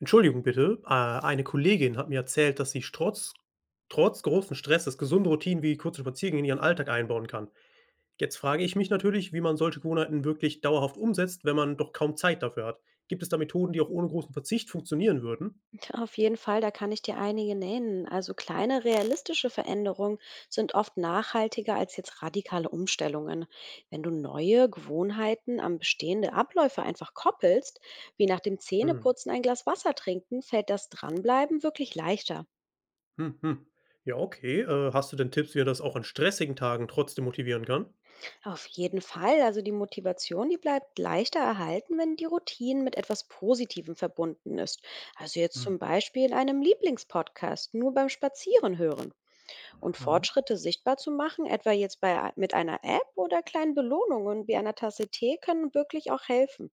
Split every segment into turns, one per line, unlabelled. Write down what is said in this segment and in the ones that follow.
Entschuldigung bitte, eine Kollegin hat mir erzählt, dass sie trotz großen Stresses gesunde Routinen wie kurze Spaziergänge in ihren Alltag einbauen kann. Jetzt frage ich mich natürlich, wie man solche Gewohnheiten wirklich dauerhaft umsetzt, wenn man doch kaum Zeit dafür hat. Gibt es da Methoden, die auch ohne großen Verzicht funktionieren würden?
Auf jeden Fall, da kann ich dir einige nennen. Also kleine realistische Veränderungen sind oft nachhaltiger als jetzt radikale Umstellungen. Wenn du neue Gewohnheiten an bestehende Abläufe einfach koppelst, wie nach dem
Hm,
Zähneputzen ein Glas Wasser trinken, fällt das Dranbleiben wirklich leichter.
hm, hm. Ja, okay. Hast du denn Tipps, wie er das auch an stressigen Tagen trotzdem motivieren kann?
Auf jeden Fall, also die Motivation, die bleibt leichter erhalten, wenn die Routine mit etwas Positivem verbunden ist. Also jetzt
Mhm.
zum Beispiel in einem Lieblingspodcast, nur beim Spazieren hören. Und Fortschritte sichtbar zu machen, etwa jetzt bei, mit einer App oder kleinen Belohnungen wie einer Tasse Tee, können wirklich auch helfen.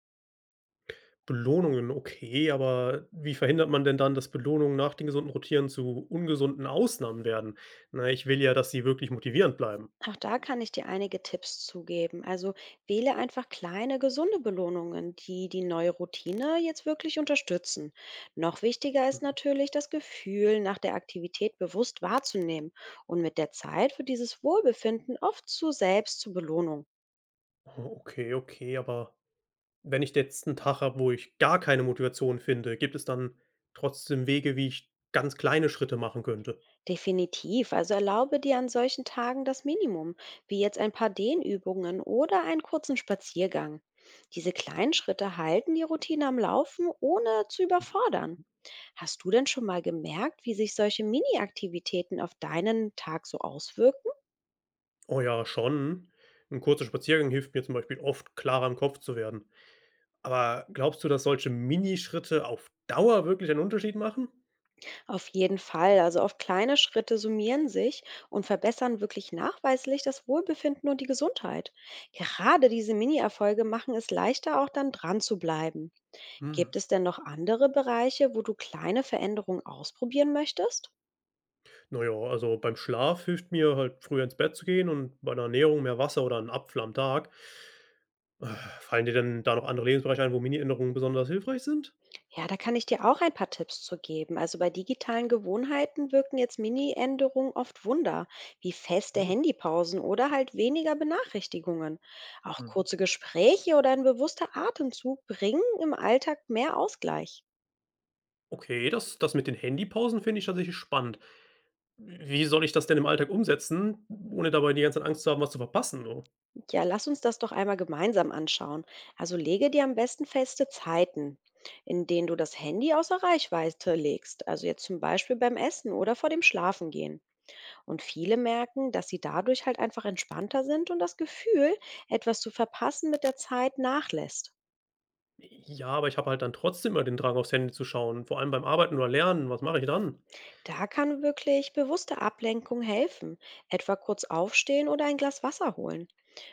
Belohnungen, okay, aber wie verhindert man denn dann, dass Belohnungen nach den gesunden Rotieren zu ungesunden Ausnahmen werden? Na, ich will ja, dass sie wirklich motivierend bleiben.
Auch da kann ich dir einige Tipps zugeben. Also wähle einfach kleine, gesunde Belohnungen, die die neue Routine jetzt wirklich unterstützen. Noch wichtiger ist
Hm,
natürlich, das Gefühl nach der Aktivität bewusst wahrzunehmen und mit der Zeit wird dieses Wohlbefinden oft zu selbst zur Belohnung.
oh, okay, okay, aber wenn ich jetzt einen Tag habe, wo ich gar keine Motivation finde, gibt es dann trotzdem Wege, wie ich ganz kleine Schritte machen könnte?
Definitiv. Also erlaube dir an solchen Tagen das Minimum, wie jetzt ein paar Dehnübungen oder einen kurzen Spaziergang. Diese kleinen Schritte halten die Routine am Laufen, ohne zu überfordern. Hast du denn schon mal gemerkt, wie sich solche Mini-Aktivitäten auf deinen Tag so auswirken?
Oh ja, schon. Ein kurzer Spaziergang hilft mir zum Beispiel oft, klarer im Kopf zu werden. Aber glaubst du, dass solche Minischritte auf Dauer wirklich einen Unterschied machen?
Auf jeden Fall. Also auf kleine Schritte summieren sich und verbessern wirklich nachweislich das Wohlbefinden und die Gesundheit. Gerade diese Mini-Erfolge machen es leichter, auch dann dran zu bleiben.
Hm.
Gibt es denn noch andere Bereiche, wo du kleine Veränderungen ausprobieren möchtest?
Naja, also beim Schlaf hilft mir halt, früher ins Bett zu gehen und bei der Ernährung mehr Wasser oder 'n Apfel am Tag. Äh, Fallen dir denn da noch andere Lebensbereiche ein, wo Mini-Änderungen besonders hilfreich sind?
Ja, da kann ich dir auch ein paar Tipps zu geben. Also bei digitalen Gewohnheiten wirken jetzt Mini-Änderungen oft Wunder, wie feste
Hm.
Handypausen oder halt weniger Benachrichtigungen. Auch
Mhm.
kurze Gespräche oder ein bewusster Atemzug bringen im Alltag mehr Ausgleich.
Okay, das mit den Handypausen finde ich tatsächlich spannend. Wie soll ich das denn im Alltag umsetzen, ohne dabei die ganze Zeit Angst zu haben, was zu verpassen, so?
Ja, lass uns das doch einmal gemeinsam anschauen. Also lege dir am besten feste Zeiten, in denen du das Handy außer Reichweite legst. Also jetzt zum Beispiel beim Essen oder vor dem Schlafengehen. Und viele merken, dass sie dadurch halt einfach entspannter sind und das Gefühl, etwas zu verpassen mit der Zeit nachlässt.
Ja, aber ich habe halt dann trotzdem immer den Drang, aufs Handy zu schauen, vor allem beim Arbeiten oder Lernen. Was mache ich dann?
Da kann wirklich bewusste Ablenkung helfen, etwa kurz aufstehen oder ein Glas Wasser holen.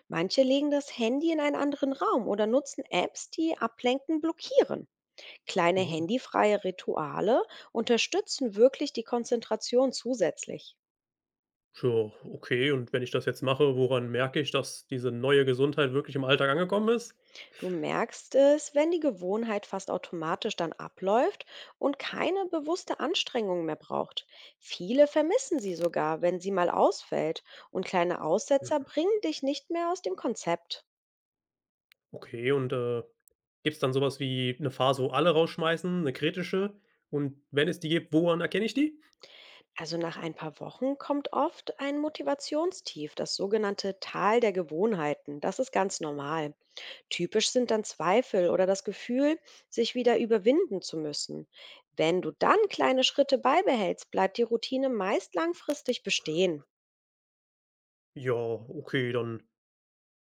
Manche legen das Handy in einen anderen Raum oder nutzen Apps, die Ablenken blockieren. Kleine
Mhm.
handyfreie Rituale unterstützen wirklich die Konzentration zusätzlich.
Tja, okay, und wenn ich das jetzt mache, woran merke ich, dass diese neue Gesundheit wirklich im Alltag angekommen ist?
Du merkst es, wenn die Gewohnheit fast automatisch dann abläuft und keine bewusste Anstrengung mehr braucht. Viele vermissen sie sogar, wenn sie mal ausfällt und kleine Aussetzer bringen dich nicht mehr aus dem Konzept.
Okay, und, gibt's dann sowas wie eine Phase, wo alle rausschmeißen, eine kritische? Und wenn es die gibt, woran erkenne ich die?
Also nach ein paar Wochen kommt oft ein Motivationstief, das sogenannte Tal der Gewohnheiten. Das ist ganz normal. Typisch sind dann Zweifel oder das Gefühl, sich wieder überwinden zu müssen. Wenn du dann kleine Schritte beibehältst, bleibt die Routine meist langfristig bestehen.
Ja, okay, dann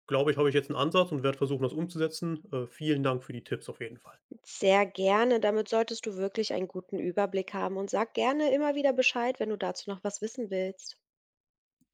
glaube ich, habe ich jetzt einen Ansatz und werde versuchen, das umzusetzen. Vielen Dank für die Tipps auf jeden Fall.
Sehr gerne, damit solltest du wirklich einen guten Überblick haben und sag gerne immer wieder Bescheid, wenn du dazu noch was wissen willst.